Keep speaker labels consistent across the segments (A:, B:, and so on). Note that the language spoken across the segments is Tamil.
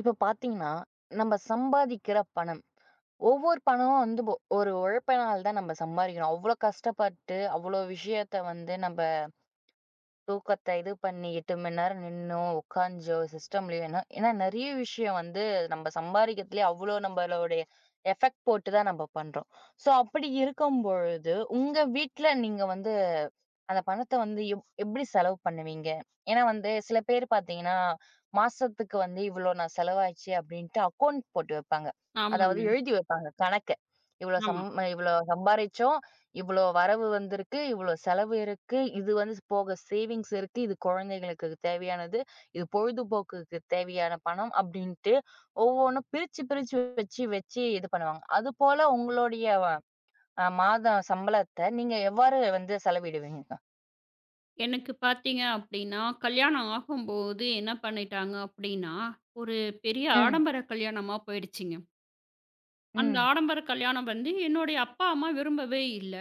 A: இப்ப பாத்தீங்கன்னா, நம்ம சம்பாதிக்கிற பணம், ஒவ்வொரு பணமும் வந்து ஒரு உழைப்பினால் தான் நம்ம சம்பாதிக்கிறோம். அவ்ளோ கஷ்டப்பட்டு, அவ்ளோ விஷயத்த வந்து நம்ப தூக்கத்த இது பண்ணி 8 மணி நேரம் நின்னோ, உட்கார்ந்தோ, சிஸ்டம்லயோ ஏன்னா ஏன்னா நெறைய விஷயம் வந்து நம்ம சம்பாரிக்கிறதுலயே அவ்ளோ நம்மளுடைய எஃபெக்ட் போட்டு தான் நம்ம பண்றோம். ஸோ அப்படி இருக்கும் பொழுது, உங்க வீட்ல நீங்க வந்து அந்த பணத்த வந்து எப்படி செலவு பண்ணுவீங்க? ஏன்னா வந்து சில பேர் பார்த்தீங்கன்னா, மாசத்துக்கு வந்து இவ்வளோ நான் செலவாச்சு அப்படின்ட்டு அக்கவுண்ட் போட்டு வைப்பாங்க. அதாவது
B: ஆமாங்க.
A: எழுதி வைப்பாங்க கணக்க. இவ்வளோ சம்
B: ஆமா.
A: இவ்வளோ சம்பாரிச்சோம். இவ்வளோ வரவு வந்திருக்கு, இவ்வளோ செலவு இருக்கு. இது வந்து போக சேவிங்ஸ் இருக்கு. இது குழந்தைகளுக்கு தேவையானது. இது பொழுதுபோக்குக்கு தேவையான பணம் அப்டின்ட்டு ஒவ்வொன்னும் பிரிச்சு, பிரிச்சு வச்சு, வச்சு இது பண்ணுவாங்க. அதுபோல உங்களுடைய மாத சம்பளத்த நீங்க எவ்வாறு வந்து செலவிடுவீங்க?
B: எனக்கு பார்த்தீங்க அப்டின்னா, கல்யாணம் ஆகும்போது என்ன பண்ணிட்டாங்க அப்டின்னா, ஒரு பெரிய
A: ம்,
B: ஆடம்பர கல்யாணமா போயிடுச்சுங்க. அந்த
A: ம்,
B: ஆடம்பர கல்யாணம் வந்து என்னுடைய அப்பா, அம்மா விரும்பவே இல்ல.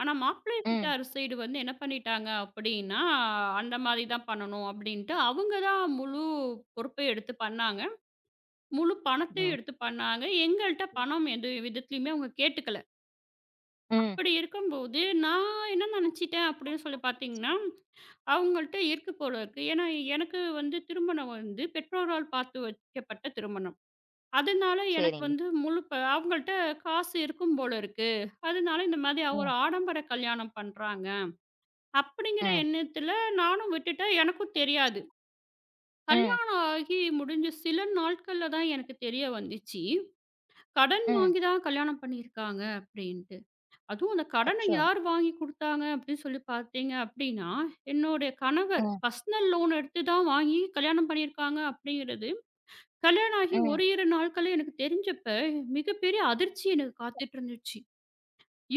B: ஆனா, மாப்பிள்ளை
A: ம்,
B: வீட்டார் சைடு வந்து என்ன பண்ணிட்டாங்க அப்டின்னா, அந்த மாரி தான் பண்ணணும் அப்டின்ட்டு அவங்க தான் முழு பொறுப்பையும் எடுத்து பண்ணாங்க. முழு பணத்தையும்
A: ம்,
B: எடுத்து பண்ணாங்க. எங்கள்ட்ட பணம் எந்த விதத்துலயுமே அவங்க கேட்டுக்கல.
A: ம்.
B: அப்படி இருக்கும்போது நான் என்ன நெனச்சிட்டேன் அப்டின்னு சொல்லி பார்த்தீங்கன்னா அவங்கள்ட்ட இருக்கு போல இருக்கு. ஏன்னா, எனக்கு வந்து திருமணம் வந்து பெற்றோரால் பார்த்து வைக்கப்பட்ட திருமணம். அதனால எனக்கு
A: சரிங்க.
B: வந்து முழு அவங்கள்ட்ட காசு இருக்கும் போல இருக்கு. அதனால இந்த மாதிரி ஒரு
A: ம்,
B: ஆடம்பர கல்யாணம் பண்றாங்க. அப்படிங்கிற
A: ம்,
B: எண்ணத்துல நானும் விட்டுட்டேன். எனக்கும் தெரியாது.
A: ம்,
B: கல்யாணம் ஆகி முடிஞ்ச சில நாட்கள்ல தான் எனக்கு தெரிய வந்துச்சு. கடன்
A: ம்.
B: வாங்கி தான் கல்யாணம் பண்ணியிருக்காங்க அப்படின்னு. அதுவும் அந்த கடன
A: அச்சோ!
B: யார் வாங்கி குடுத்தாங்க அப்படின்னு சொல்லி பார்த்தீங்க அப்படின்னா, என்னுடைய கணவர்
A: ம்,
B: பர்சனல் லோன் எடுத்து தான் வாங்கி கல்யாணம் பண்ணியிருக்காங்க அப்படிங்கிறது, கல்யாணம் ஆகி
A: ம்.
B: ஒரு 2 நாட்கள்ல எனக்கு தெரிஞ்சப்ப மிகப்பெரிய அதிர்ச்சி எனக்கு காத்துட்டு இருந்துச்சு.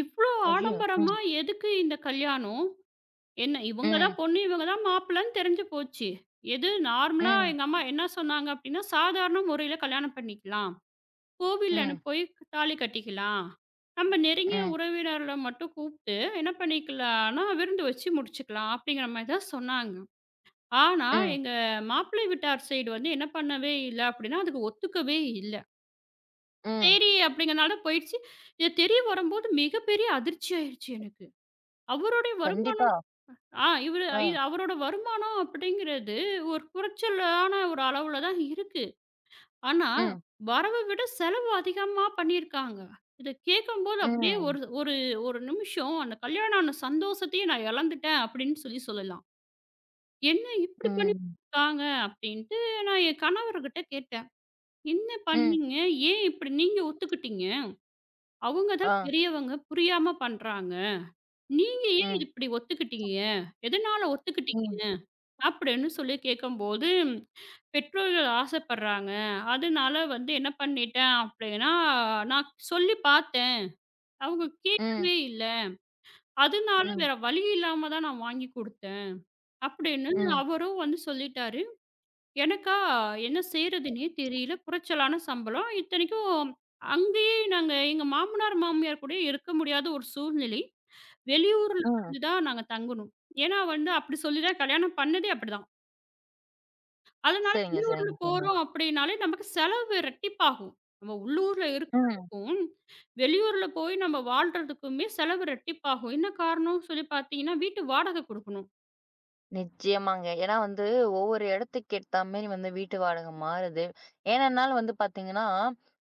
B: இவ்ளோ
A: ஐயோ! ம்,
B: ஆடம்பரமா எதுக்கு இந்த கல்யாணம்? என்ன இவங்க
A: ம்,
B: தான் பொண்ணு, இவங்க தான் மாப்பிள்ளைன்னு தெரிஞ்சு போச்சு. எது நார்மலா
A: ம்,
B: எங்க அம்மா என்ன சொன்னாங்க அப்படின்னா, சாதாரண முறையில கல்யாணம் பண்ணிக்கலாம். கோவில்ல
A: ம்,
B: போய் தாலி கட்டிக்கலாம். நம்ம நெருங்கிய
A: ம்,
B: உறவினர்கள மட்டும் கூப்ட்டு என்ன பண்ணிக்கலாம்னா, விருந்து வச்சு முடிச்சுக்கலாம். அப்படிங்கிற மாரி தான் சொன்னாங்க. ஆனா,
A: ம்,
B: எங்க மாப்பிள்ளை வீட்டார் சைடு வந்து என்ன பண்ணவே இல்ல அப்படின்னா, அதுக்கு ஒத்துக்கவே இல்ல.
A: ம்.
B: சரி அப்படிங்கிறனால போயிடுச்சு. இது தெரிய வரும்போது மிகப்பெரிய அதிர்ச்சி ஆயிருச்சு எனக்கு. அவருடைய வருமா
A: கண்டிப்பா.
B: ஆ இவரு
A: ஆ.
B: அவரோட வருமானம் அப்படிங்கிறது ஒரு குறைச்சலான ஒரு அளவுல தான் இருக்கு. ஆனா,
A: إمم،
B: வரவ விட செலவு அதிகமா பண்ணியிருக்காங்க. இத கேட்கும்போது அப்படியே
A: إمم،
B: ஒரு ஒரு ஒரு நிமிஷம் அந்த கல்யாணம் ஆன சந்தோஷத்தையே நான் இழந்துட்டேன் அப்படின்னு சொல்லி சொல்லலாம். "என்ன இப்படி
A: إمم.
B: பண்ணியிருக்காங்க?" அப்படின்ட்டு நான் என் கணவர்கிட்ட கேட்டேன். "என்ன
A: ம்.
B: பண்ணீங்க? ஏன் இப்படி நீங்க ஒத்துக்கிட்டீங்க? அவங்க
A: ஆ.
B: தான் பெரியவங்க, புரியாம பண்றாங்க. நீங்க ஏன்
A: ம்.
B: இப்படி ஒத்துக்கிட்டீங்க? எதனால
A: ம்.
B: ஒத்துக்கிட்டீங்க?" அப்படின்னு சொல்லி கேட்கும்போது பெற்றோர்கள் ஆசைப்படுறாங்க. அதனால வந்து என்ன பண்ணிட்டேன் அப்படின்னா, நான் சொல்லி பார்த்தேன். அவங்க
A: ம்.
B: கேட்கவே இல்ல. அதனால
A: ம்.
B: வேற வழி இல்லாம தான் நான் வாங்கி குடுத்தேன். அப்படின்னு
A: ம்.
B: அவரும் வந்து சொல்லிட்டாரு. எனக்கா என்ன செய்றதுன்னே தெரியல. குறைச்சலான சம்பளம். இத்தனைக்கும் அங்கேயே நாங்க எங்க மாமனார், மாமியார் கூட இருக்க முடியாத ஒரு சூழ்நிலை. வெளியூர்ல
A: ம்.
B: வந்து தான் நாங்க தங்கணும். ஏன்னா வந்து அப்படி சொல்லி தான் கல்யாணம் பண்ணதே அப்படிதான். அதனால
A: சரிங்க,
B: வெளியூர்ல
A: சரிங்க. சரிங்க.
B: போறோம் அப்படின்னாலே நமக்கு செலவு ரெட்டிப்பாகும். நம்ம உள்ளூர்ல
A: ம்.
B: இருக்கிறதுக்கும், வெளியூர்ல போய் நம்ம வாழ்றதுக்குமே செலவு ரெட்டிப்பாகும். என்ன காரணம்னு சொல்லி பார்த்தீங்கன்னா, வீட்டு வாடகை குடுக்கணும்.
A: நிச்சயமாங்க. ஏன்னா வந்து ஒவ்வொரு இடத்துக்கு ஏத்தா மாரி வந்து வீட்டு வாடகை மாறுது. ஏனென்னாலும் வந்து பார்த்தீங்கன்னா,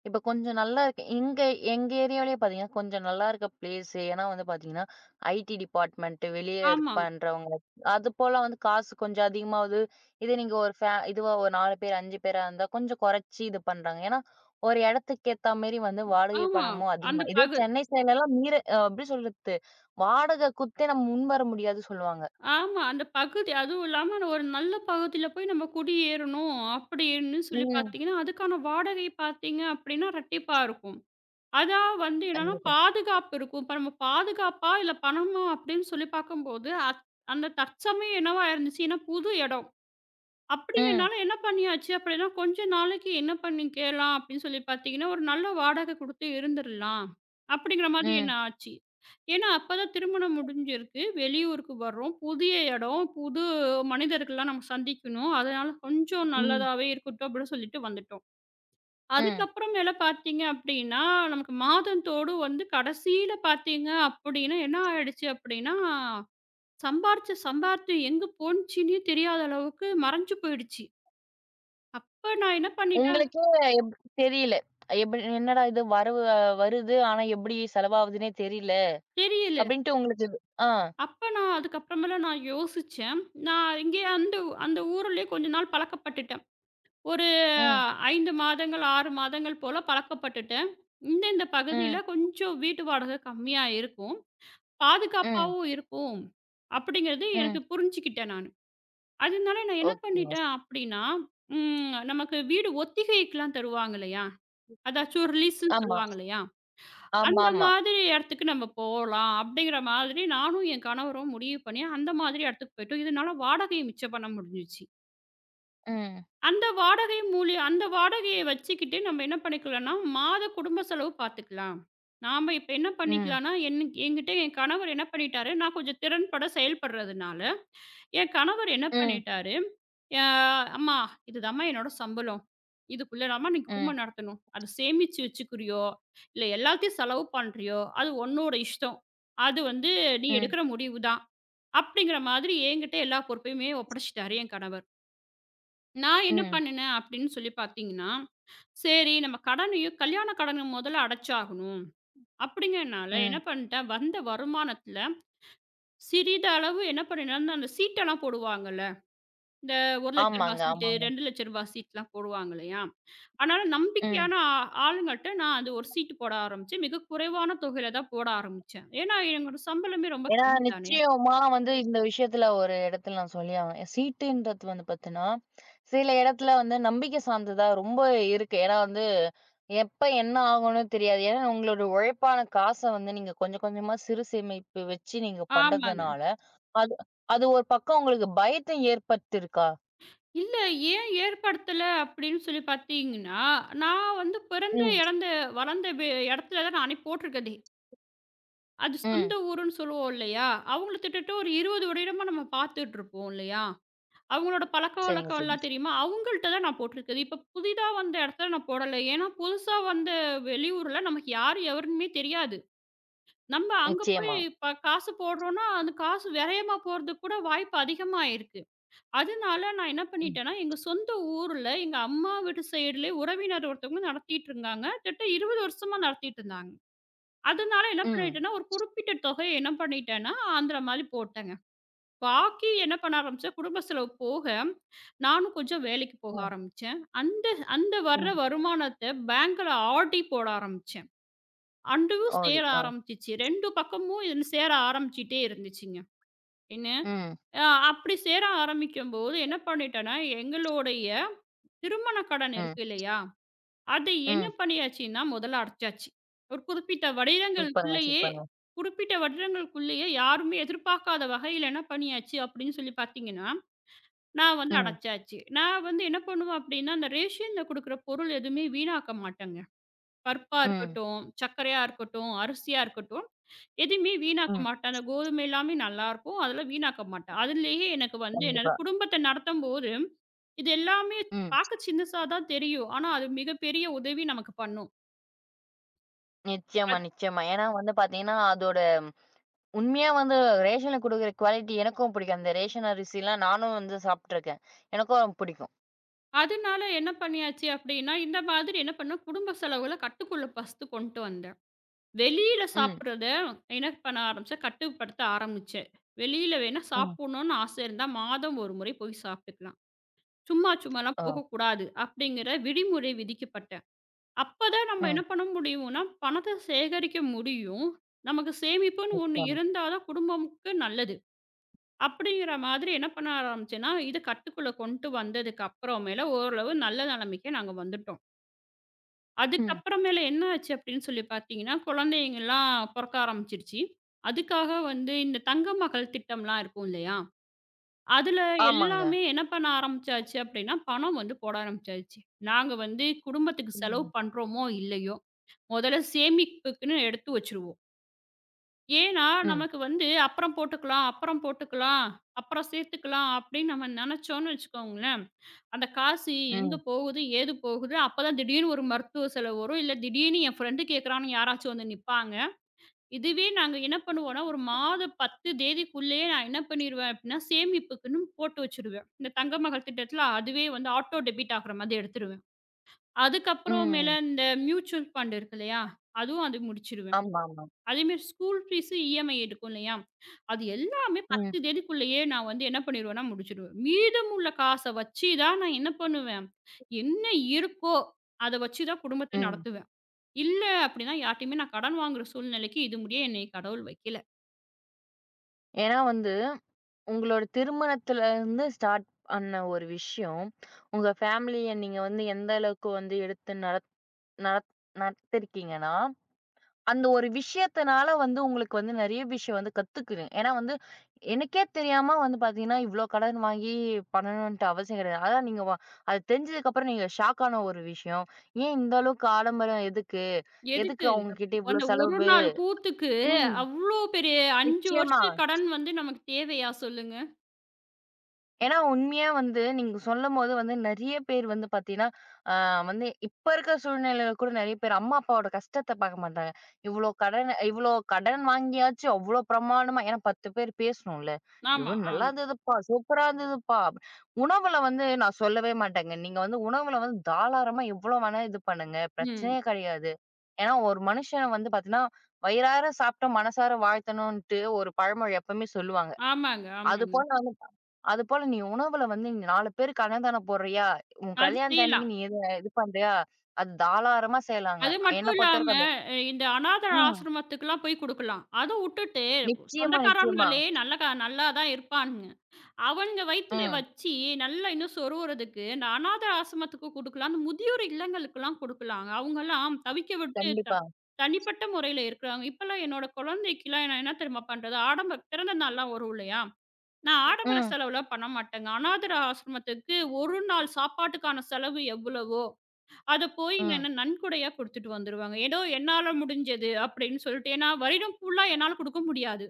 A: இப்ப கொஞ்சம் நல்லா இருக்கு எங்க எங்க ஏரியாவிலேயே பார்த்தீங்கன்னா, கொஞ்சம் நல்லா இருக்க பிளேஸ் ஏன்னா வந்து பார்த்தீங்கன்னா, ஐடி டிபார்ட்மென்ட் வெளிய
B: ஆமா,
A: பண்றவங்க அதுபோல வந்து காசு கொஞ்சம் அதிகமாவுது. இதே நீங்க ஒரு ஃபே இதுவா ஒரு 4 பேர் 5 பேரா இருந்தா கொஞ்சம் குறைச்சு இது பண்றாங்க. ஏன்னா ஒரு இடத்துக்கு ஏத்தா மாரி வந்து வாடகை
B: ஆமா.
A: பணமும் அதிகமா
B: அந்த
A: இதே
B: பகு
A: சென்னை சைடுலலாம் மீற எப்படி சொல்றது? வாடகை குடுத்தே நம்ம முன் வர முடியாதுன்னு சொல்லுவாங்க.
B: ஆமா. அந்த பகுதி அதுவும் இல்லாம அந்த ஒரு நல்ல பகுதியில போய் நம்ம குடியேறணும் அப்படின்னு சொல்லி
A: ம்.
B: பார்த்தீங்கன்னா, அதுக்கான வாடகை பார்த்தீங்க அப்படின்னா ரெட்டிப்பா இருக்கும். அதான் வந்து என்னன்னா,
A: கண்டிப்பா.
B: பாதுகாப்பு இருக்கும். இப்ப நம்ம பாதுகாப்பா, இல்ல பணமா அப்படின்னு சொல்லி பார்க்கும்போது, அந்த தற்சமயம் என்னவா இருந்துச்சு, ஏன்னா புது இடம்.
A: ம்.
B: அப்படிங்கிறனால என்ன பண்ணியாச்சு அப்படின்னா, கொஞ்ச நாளைக்கு என்ன பண்ணிக்கலாம் அப்படின்னு சொல்லி பார்த்தீங்கன்னா, ஒரு நல்ல வாடகை குடுத்து இருந்துரலாம். அப்படிங்கிற மாதிரி என்ன
A: ம்.
B: ஆச்சு. ஏன்னா அப்பதான் திருமணம் முடிஞ்சிருக்கு. வெளியூருக்கு வர்றோம். புதிய இடம், புது மனிதர்கள்லாம் நம்ம சந்திக்கணும். அதனால கொஞ்சம்
A: ம்.
B: நல்லதாவே இருக்கட்டும் அப்படின்னு சொல்லிட்டு வந்துட்டோம்.
A: ம்.
B: அதுக்கப்புறமேல பார்த்தீங்க அப்படின்னா, நமக்கு மாதந்தோறும் வந்து கடைசியில பார்த்தீங்க அப்படின்னா, என்ன ஆயிடுச்சு அப்படின்னா, சம்பாரிச்ச சம்பாத்தியம் எங்க போணுச்சுன்னே தெரியாத அளவுக்கு மறைஞ்சு போயிடுச்சு. அப்ப நான் என்ன பண்ணிட்டேன்
A: உங்களுக்கே எப் தெரியல. எப்படி என்னடா இது வரவு வருது. ஆனா எப்படி செலவாகுதுன்னே தெரியல.
B: தெரியல.
A: அப்படின்ட்டு உங்களுக்கு இது ஆ.
B: அப்ப நான் அதுக்கப்புறமேல நான் யோசிச்சேன். நான் இங்கேயே அந்த அந்த ஊருலயே கொஞ்ச நாள் பழக்கப்பட்டுட்டேன். ஒரு
A: ம்.
B: 5 மாதங்கள், 6 மாதங்கள் போல பழக்கப்பட்டுட்டேன். இந்த இந்த பகுதியில
A: ம்.
B: கொஞ்சம் வீட்டு வாடகை கம்மியா இருக்கும்.
A: ம்.
B: பாதுகாப்பாவும் இருக்கும். அப்படிங்கிறது
A: ம்.
B: எனக்கு புரிஞ்சுக்கிட்டேன் நானு. அதனால நான் என்ன
A: ஓகே.
B: பண்ணிட்டேன் அப்படின்னா, ம் நமக்கு வீடு ஒத்திகைக்குலாம் தருவாங்க இல்லையா? அதாச்சும் ரிலீஸ்ன்னு
A: ஆமா.
B: சொல்லுவாங்க இல்லையா? அந்த
A: ஆமாமா.
B: மாதிரி இடத்துக்கு நம்ம போலாம் அப்படிங்கிற மாதிரி நானும் என் கணவரும் முடிவு பண்ணி அந்த மாதிரி இடத்துக்கு போயிட்டோம். இதனால வாடகைய மிச்சம் பண்ண முடிஞ்சுச்சு.
A: ம்.
B: அந்த வாடகைய வச்சுக்கிட்டு நம்ம என்ன பண்ணிக்கலாம்னா, மாத குடும்ப செலவு பார்த்துக்கலாம். நாம இப்ப என்ன
A: ம்.
B: பண்ணிக்கலாம்னா, என்கிட்ட என் கணவர் என்ன பண்ணிட்டாரு, நான் கொஞ்சம் திறன்பட செயல்படுறதுனால, என் கணவர் என்ன
A: ம்.
B: பண்ணிட்டாரு, "அ அம்மா இதுதாம்மா என்னோட சம்பளம். இதுக்குள்ளதாம்மா நீ
A: ம்.
B: குடும்பம் நடத்தணும். அத சேமிச்சு வச்சுக்கிறியோ, இல்ல எல்லாத்தையும் செலவு பண்றியோ, அது உன்னோட இஷ்டம். அது வந்து நீ
A: ம்.
B: எடுக்கிற முடிவு தான்." அப்படிங்கிற மாதிரி என்கிட்ட எல்லா பொறுப்பையுமே ஒப்படைச்சுட்டாரு என் கணவர். நான் என்ன
A: ம்.
B: பண்ணுனேன் அப்படின்னு சொல்லி பார்த்தீங்கன்னா, சரி நம்ம கடனையும் கல்யாண கடன மொதல்ல அடைச்சாகணும். அப்படிங்கிறனால என்ன
A: ம்.
B: பண்ணிட்டேன், வந்த வருமானத்துல சிறிதளவு என்ன பண்ணினேன்னா, அந்த சீட்டெல்லாம் போடுவாங்கல்ல. இந்த ரூ. 1,00,000
A: ஆமாங்க,
B: சீட்டு,
A: ஆமாங்க.
B: ரூ. 2,00,000 சீட்லாம் போடுவாங்க இல்லையா? அதனால
A: ம்.
B: நம்பிக்கையான ஆளுங்கள்ட்ட நான் அது ஒரு சீட்டு போட ஆரம்பிச்சேன். மிக குறைவான தொகையில தான் போட ஆரம்பிச்சேன். ஏன்னா, என்னோட சம்பளமே ரொம்ப
A: ஏன்னா
B: கம்மி தானே.
A: நிச்சயமா வந்து இந்த விஷயத்துல ஒரு இடத்துல நான் சொல்லி ஆவேன். சீட்டுன்றது வந்து பார்த்தீன்னா, சில இடத்துல வந்து நம்பிக்கை சார்ந்ததா ரொம்ப இருக்கு. ஏன்னா வந்து எப்ப என்ன ஆகும்னு தெரியாது. ஏன்னா உங்களோட உழைப்பான காச வந்து நீங்க கொஞ்சம் கொஞ்சமா சிறு சேமிப்பு வச்சு நீங்க
B: ஆமாங்க.
A: பண்றதுனால, அது அது ஒரு பக்கம் உங்களுக்கு பயத்த ஏற்படுத்தியிருக்கா?
B: இல்ல. ஏன் ஏற்படுத்தல அப்படின்னு சொல்லி பார்த்தீங்கன்னா, நான் வந்து பிறந்த,
A: ம்,
B: இறந்த, வளர்ந்த இடத்துல தான் நானே போட்டிருக்கதே. அது
A: ம்.
B: சொந்த ஊருன்னு சொல்லுவோம் இல்லையா? அவங்கள கிட்டத்தட்ட ஒரு 20 வருடமா நம்ம பார்த்துட்டுருப்போம் இல்லையா? அவங்களோட
A: சரிங்க,
B: பழக்கவழக்கம்
A: சரிங்க.
B: எல்லாம் தெரியுமா? அவங்கள்ட்ட தான் நான் போட்டிருக்கது. இப்ப புதிதா வந்த இடத்துல நான் போடல. ஏன்னா, புதுசா வந்த வெளியூர்ல நமக்கு யாரு எவருன்னுமே தெரியாது. நம்ம அங்க போய்
A: நிச்சயமா.
B: இப்ப காசு போடுறோம்னா, அந்த காசு விரயமா போறதுக்கு கூட வாய்ப்பு அதிகமா இருக்கு. அதனால நான் என்ன
A: ம்,
B: பண்ணிட்டேன்னா, எங்க சொந்த ஊர்ல எங்க அம்மா வீட்டு சைடுலயே உறவினர் ஒருத்தவங்க நடத்திட்டு இருந்தாங்க. கிட்ட 20 வருஷமா நடத்திட்டு இருந்தாங்க. அதனால என்ன
A: ம்,
B: பண்ணிட்டேன்னா, ஒரு குறிப்பிட்ட தொகைய என்ன பண்ணிட்டேன்னா, அந்த மாரி போட்டேங்க. பாக்கி என்ன பண்ண ஆரம்பிச்சேன், குடும்ப செலவு போக, நானும் கொஞ்சம் வேலைக்கு போக
A: ம்,
B: ஆரம்பிச்சேன். அந்த அந்த
A: ம்.
B: வர்ற வருமானத்த பேங்க்ல ஆர்டி போட ஆரம்பிச்சேன். அதுவும்
A: ஓடி.
B: சேர
A: ஆ.
B: ஆரம்பிச்சுச்சு. 2 பக்கமும் இது சேர ஆரம்பிச்சுட்டே இருந்துச்சுங்க. என்ன
A: ம்,
B: அ அப்படி சேர ஆரம்பிக்கும்போது என்ன பண்ணிட்டேன்னா, எங்களுடைய திருமண கடன்
A: ம்,
B: இருக்கு இல்லையா? அது என்ன
A: ம்.
B: பண்ணியாச்சுன்னா, முதல்ல அடைச்சாச்சு. ஒரு குறிப்பிட்ட
A: சூப்பருங்க,
B: வருடங்களுக்குள்ளேயே
A: சூப்பருங்க.
B: குறிப்பிட்ட வருடங்களுக்குள்ளேயே யாருமே எதிர்பார்க்காத வகையில என்ன பண்ணியாச்சு அப்படின்னு சொல்லி பார்த்தீங்கன்னா, நான் வந்து
A: ம்,
B: அடைச்சாச்சு. நான் வந்து என்ன பண்ணுவேன் அப்படின்னா, அந்த ரேஷன்ல குடுக்குற பொருள் எதுவுமே வீணாக்க மாட்டேங்க. பருப்பா
A: ம்,
B: இருக்கட்டும், சர்க்கரையா இருக்கட்டும், அரிசியா இருக்கட்டும், எதுவுமே வீணாக்க
A: ம்.
B: மாட்டேன். அந்த கோதுமை எல்லாமே நல்லாயிருக்கும். அதெல்லாம் வீணாக்க மாட்டேன். அதுலயே எனக்கு வந்து என்னது
A: கண்டிப்பா.
B: குடும்பத்த நடத்தும்போது, இது எல்லாமே
A: ம்.
B: பார்க்க சின்னசா தான் தெரியும். ஆனா, அது மிகப்பெரிய உதவி நமக்கு பண்ணும்.
A: நிச்சயமா,
B: அத்
A: நிச்சயமா. ஏன்னா வந்து பார்த்தீங்கன்னா, அதோட உண்மையா வந்து ரேஷன்ல குடுக்குற குவாலிட்டி எனக்கும் பிடிக்கும். அந்த ரேஷன் அரிசிலாம் நானும் வந்து சாப்ட்டுருக்கேன். எனக்கும் பிடிக்கும்.
B: அதனால என்ன பண்ணியாச்சு அப்படின்னா, இந்த மாதிரி என்ன பண்ணேன், குடும்ப செலவுகள கட்டுக்குள்ள ஃபர்ஸ்ட்டு கொண்டு வந்தேன். வெளியில
A: ம்,
B: சாப்பிடுறத என்ன பண்ண ஆரம்பிச்சேன், கட்டுப்படுத்த ஆரம்பிச்சேன். வெளியில வேணா
A: ம்.
B: சாப்பிடணும்னு ஆசை இருந்தா, மாதம் ஒரு முறை போய் சாப்பிட்டுக்கலாம். சும்மா சும்மாலாம்
A: ஆ.
B: போகக்கூடாது அப்படிங்கிற விதிமுறை விதிக்கப்பட்ட. அப்பதான் நம்ம என்ன
A: ம்.
B: பண்ண முடியும்னா, பணத்த சேகரிக்க முடியும். நமக்கு சேமிப்புன்னு ஒண்ணு
A: நிச்சயமா.
B: இருந்தா தான் குடும்பமுக்கு நல்லது. அப்படிங்கிற மாதிரி என்ன பண்ண ஆரம்பிச்சேன்னா, இத கட்டுக்குள்ள கொண்டு வந்ததுக்கு அப்புறமேல ஓரளவு நல்ல நிலைமைக்கு நாங்க வந்துட்டோம்.
A: ம்.
B: அதுக்கப்புறமேல என்ன ஆச்சு அப்படின்னு சொல்லி பார்த்தீங்கன்னா, குழந்தைங்கலாம் பொறக்க ஆரம்பிச்சிருச்சு. அதுக்காக வந்து இந்த தங்க மகள் திட்டம்லாம் இருக்கும் இல்லையா? அதுல
A: ஆமாங்க.
B: எல்லாமே என்ன பண்ண ஆரம்பிச்சாச்சு அப்படின்னா, பணம் வந்து போட ஆரம்பிச்சாச்சு. நாங்க வந்து குடும்பத்துக்கு செலவு
A: ம்.
B: பண்றோமோ, இல்லையோ, முதல்ல சேமிப்புக்குன்னு எடுத்து வச்சுருவோம். ஏன்னா,
A: ம்.
B: நமக்கு வந்து அப்புறம் போட்டுக்கலாம், அப்புறம் போட்டுக்கலாம், அப்புறம் சேர்த்துக்கலாம் அப்படின்னு நம்ம நினைச்சோம்னு வச்சுக்கோங்களேன், அந்த காசு எங்க
A: ம்.
B: போகுது, ஏது போகுது, அப்பதான் திடீர்னு ஒரு மருத்துவ செலவு வரும். இல்ல திடீர்னு என் ஃப்ரெண்டு கேட்குறான்னு யாராச்சும் வந்து நிப்பாங்க. இதுவே நாங்க என்ன பண்ணுவோம்னா, ஒரு மாத 10 தேதிக்குள்ளேயே நான் என்ன பண்ணிருவேன் அப்டின்னா, சேமிப்புக்குன்னு போட்டு வச்சுருவேன். இந்த தங்க மகள் திட்டத்தில அதுவே வந்து ஆட்டோ டெபிட் ஆகுற மாதிரி எடுத்துருவேன். அதுக்கப்புறமேல
A: ம்.
B: இந்த மியூச்சுவல் ஃபண்ட் இருக்கு இல்லையா? அதுவும் அது முடிச்சுருவேன்.
A: ஆமாமா.
B: அதேமாரி ஸ்கூல் ஃபீஸு இஎம்ஐ எடுக்கும் இல்லையா? அது எல்லாமே
A: ம்.
B: 10 தேதிக்குள்ளேயே நான் வந்து என்ன பண்ணிருவேன்னா முடிச்சுடுவேன். மீதமுள்ள காச வச்சு தான் நான் என்ன பண்ணுவேன், என்ன இருக்கோ அத வச்சு தான் குடும்பத்த
A: ம்.
B: நடத்துவேன். இல்ல அப்டின்னா யார்ட்டயுமே நான் கடன் வாங்குற சூழ்நிலைக்கு இது முடிய என்னைய கடவுள் வைக்கல.
A: ஏன்னா வந்து உங்களோட திருமணத்துலருந்து ஸ்டார்ட் பண்ண ஒரு விஷயம், உங்க ஃபேமிலிய நீங்க வந்து எந்த அளவுக்கு வந்து எடுத்து நடத் நடத் நடத்திருக்கீங்கன்னா, அந்த ஒரு விஷயத்தினால வந்து உங்களுக்கு வந்து நெறைய விஷயம் வந்து கத்துக்குவேன். ஏன்னா வந்து, எனக்கே தெரியாம வந்து பார்த்தீங்கன்னா, இவ்ளோ கடன் வாங்கி பண்ணணுன்ட்டு அவசியம் கிடையாது. அதான் நீங்க வ அது தெரிஞ்சதுக்கப்புறம் நீங்க ஷாக் ஆன ஒரு விஷயம். ஏன் இந்த அளவுக்கு ஆடம்பரம் எதுக்கு? எதுக்கு
B: எதுக்கு?
A: அவங்க
B: அப்படி?
A: கிட்ட இவ்ளோ
B: அந்த ஒரு
A: செலவு?
B: நாள் கூத்துக்கு
A: ம்.
B: அவ்ளோ பெரிய 5
A: நிச்சயமா.
B: வருஷம் கடன் வந்து நமக்கு தேவையா சொல்லுங்க?
A: ஏன்னா, உண்மையா வந்து நீங்க சொல்லும்போது வந்து நெறைய பேர் வந்து பார்த்தீங்கன்னா, அ வந்து இப்ப இருக்கிற சூழ்நிலையில கூட நெறைய பேர் அம்மா, அப்பாவோட கஷ்டத்த பார்க்க மாட்டாங்க. இவ்ளோ கடன் வாங்கியாச்சு அவ்ளோ பிரமாண்டமா ஏன்னா 10 பேர் பேசணும்ல.
B: ஆமா,
A: "இவ்ளோ நல்லா
B: ஆமா.
A: இருந்ததுப்பா, சூப்பரா இருந்ததுப்பா." அப்படி- உணவுல வந்து நான் சொல்லவே மாட்டேங்க. நீங்க வந்து உணவுல வந்து தாராளமா எவ்ளோ வேணா இது பண்ணுங்க.
B: ம்.
A: பிரச்சனையே கிடையாது. ஏன்னா ஒரு மனுஷன் வந்து பார்த்தீங்கன்னா, "வயிறார சாப்பிட்டு மனசார வாழ்த்தணும்ன்ட்டு" ஒரு பழமொழி எப்பவுமே சொல்லுவாங்க.
B: ஆமாங்க, ஆமாங்க.
A: அதுபோல அதுபோல நீ உணவுல வந்து நீ 4 பேருக்கு அன்னதானம் போடுறியா? உன்
B: அது
A: கல்யாணத்து அன்னைக்கு
B: செய்யலாம்.
A: நீ எத இது பண்றியா? அது தாராளமா செய்யலாங்க.
B: அது மட்டும்
A: என்ன
B: இல்லாம
A: பொறுத்தவரைக்கும் அது
B: இந்த அநாத
A: ம்.
B: ஆசிரமத்துக்குலாம் போய் குடுக்கலாம். அத உட்டுட்டு
A: நிச்சயமா, நிச்சயமா.
B: சொந்தக்காரங்களே நல்லா தான் இருப்பானுங்க. அவங்க வயித்துல
A: ம்.
B: வச்சு, நல்லா இன்னும் சொருவுறதுக்கு, இந்த அநாத ஆசிரமத்துக்கு குடுக்கலாம். அந்த முதியோர் இல்லங்களுக்கெல்லாம் குடுக்கலாங்க. அவங்கலாம் தவிக்க விட்டு,
A: கண்டிப்பா.
B: தனிப்பட்ட முறையில இருக்கிறாங்க. இப்பலாம் என்னோட குழந்தைக்குலாம் நான் என்ன தெரியுமா பண்றது, ஆடம்பர பிறந்த நாள்லாம் வரும் இல்லையா? நான் ஆடம்பர
A: ம்,
B: செலவுலாம் பண்ண மாட்டேங்க. அநாதர ஆசிரமத்துக்கு 1 நாள் சாப்பாட்டுக்கான செலவு எவ்வளவோ, அத போய்
A: ம்.
B: நான் நன்கொடையா குடுத்துட்டு வந்துருவேங்க. ஏதோ என்னால முடிஞ்சது அப்படின்னு சொல்லிட்டு. ஏன்னா வருடம் ஃபுல்லா என்னால குடுக்க முடியாது.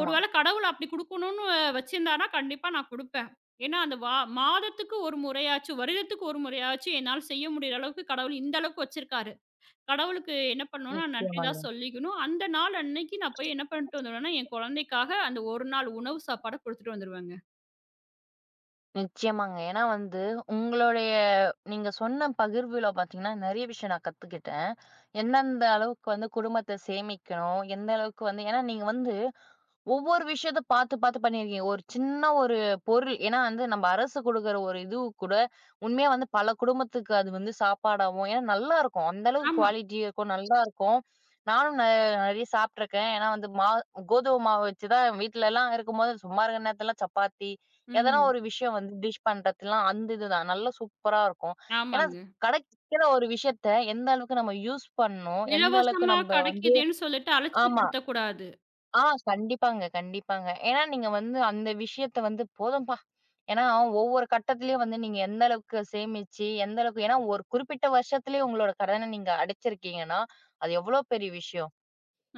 B: ஒரு வேள கடவுள் அப்படி குடுக்கணும்னு வச்சிருந்தாருன்னா, கண்டிப்பா நான் குடுப்பேன். ஏன்னா, அந்த வா மாதத்துக்கு ஒரு முறையாச்சும், வருடத்துக்கு ஒரு முறையாச்சும் என்னால செய்ய முடியிற அளவுக்கு கடவுள் இந்த அளவுக்கு வச்சிருக்காரு. கடவுளுக்கு என்ன பண்ணணும்னா, நன்றி
A: நிச்சயமாங்க.
B: தான் சொல்லிக்கணும். அந்த நாள் அன்னைக்கு நான் போய் என்ன பண்ணிட்டு வந்துருவேன்னா, என் குழந்தைக்காக அந்த ஒரு நாள் உணவு சாப்பாட குடுத்துட்டு வந்துருவேங்க.
A: நிச்சயமாங்க. ஏன்னா வந்து உங்களுடைய நீங்க சொன்ன பகிர்வுல பார்த்தீங்கன்னா, நெறைய விஷயம் நான் கத்துக்கிட்டேன். எந்தெந்த அளவுக்கு வந்து குடும்பத்த சேமிக்கணும், எந்த அளவுக்கு வந்து ஏன்னா நீங்க வந்து ஒவ்வொரு விஷயத்த பார்த்து, பார்த்து பண்ணியிருக்கீங்க. ஒரு சின்ன ஒரு பொருள் ஏன்னா வந்து நம்ம அரசு குடுக்குற ஒரு இது கூட, உண்மையா வந்து பல குடும்பத்துக்கு அது வந்து சாப்பாடாவும் ஏன்னா நல்லாருக்கும். அந்த அளவுக்கு
B: ஆமா.
A: குவாலிட்டி இருக்கும். நல்லாருக்கும். நானும் ந நெறைய சாப்ட்டுருக்கேன். ஏன்னா வந்து கோதுமை மாவு வச்சு தான் வீட்லலாம் இருக்கும்போது, சும்மா இருக்கிற நேரத்துலலாம் சப்பாத்தி, எதனா
B: ம்.
A: ஒரு விஷயம் வந்து டிஷ் பண்றதுலாம் அந்த இதுதான். நல்லா சூப்பரா இருக்கும். ஏன்னா,
B: ஆமாங்க.
A: கிடைக்கிற ஒரு விஷயத்த எந்த அளவுக்கு நம்ம யூஸ் பண்ணணும், எந்த அளவுக்கு
B: இலவசமா
A: நம்ப வந்து
B: கெடைக்குதேன்னு சொல்லிட்டு
A: ஆமா.
B: அலட்சியப்படுத்தக்கூடாது.
A: ஆ கண்டிப்பாங்க, கண்டிப்பாங்க. ஏன்னா நீங்க வந்து அந்த விஷயத்த வந்து போதும்பா. ஏன்னா ஒவ்வொரு கட்டத்திலயும் வந்து நீங்க எந்த அளவுக்கு சேமிச்சு, எந்த அளவுக்கு ஏன்னா ஒரு குறிப்பிட்ட வருஷத்திலேயே உங்களோட கடன நீங்க அடைச்சிருக்கீங்கன்னா, அது எவ்வளோ பெரிய விஷயம்.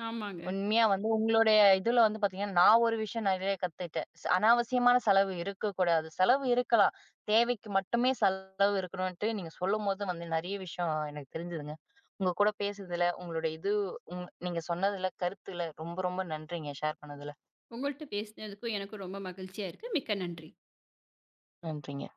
B: ஆமாங்க.
A: உண்மையா வந்து உங்களுடைய இதுல வந்து பார்த்தீங்கன்னா, நான் ஒரு விஷயம் நிறைய கத்துக்கிட்டேன். அனாவசியமான செலவு இருக்கக்கூடாது. செலவு இருக்கலாம். தேவைக்கு மட்டுமே செலவு இருக்கணுன்ட்டு நீங்க சொல்லும்போது வந்து நிறைய விஷயம் எனக்கு தெரிஞ்சுதுங்க. உங்க கூட பேசுனதுல, உங்களுடைய இது நீங்க சொன்னதுல, கருத்துல ரொம்ப ரொம்ப நன்றிங்க. ஷேர் பண்ணதுல.
B: உங்கள்ட்ட பேசினதுக்கும் எனக்கும் ரொம்ப மகிழ்ச்சியா இருக்கு. மிக்க நன்றி.
A: நன்றிங்க.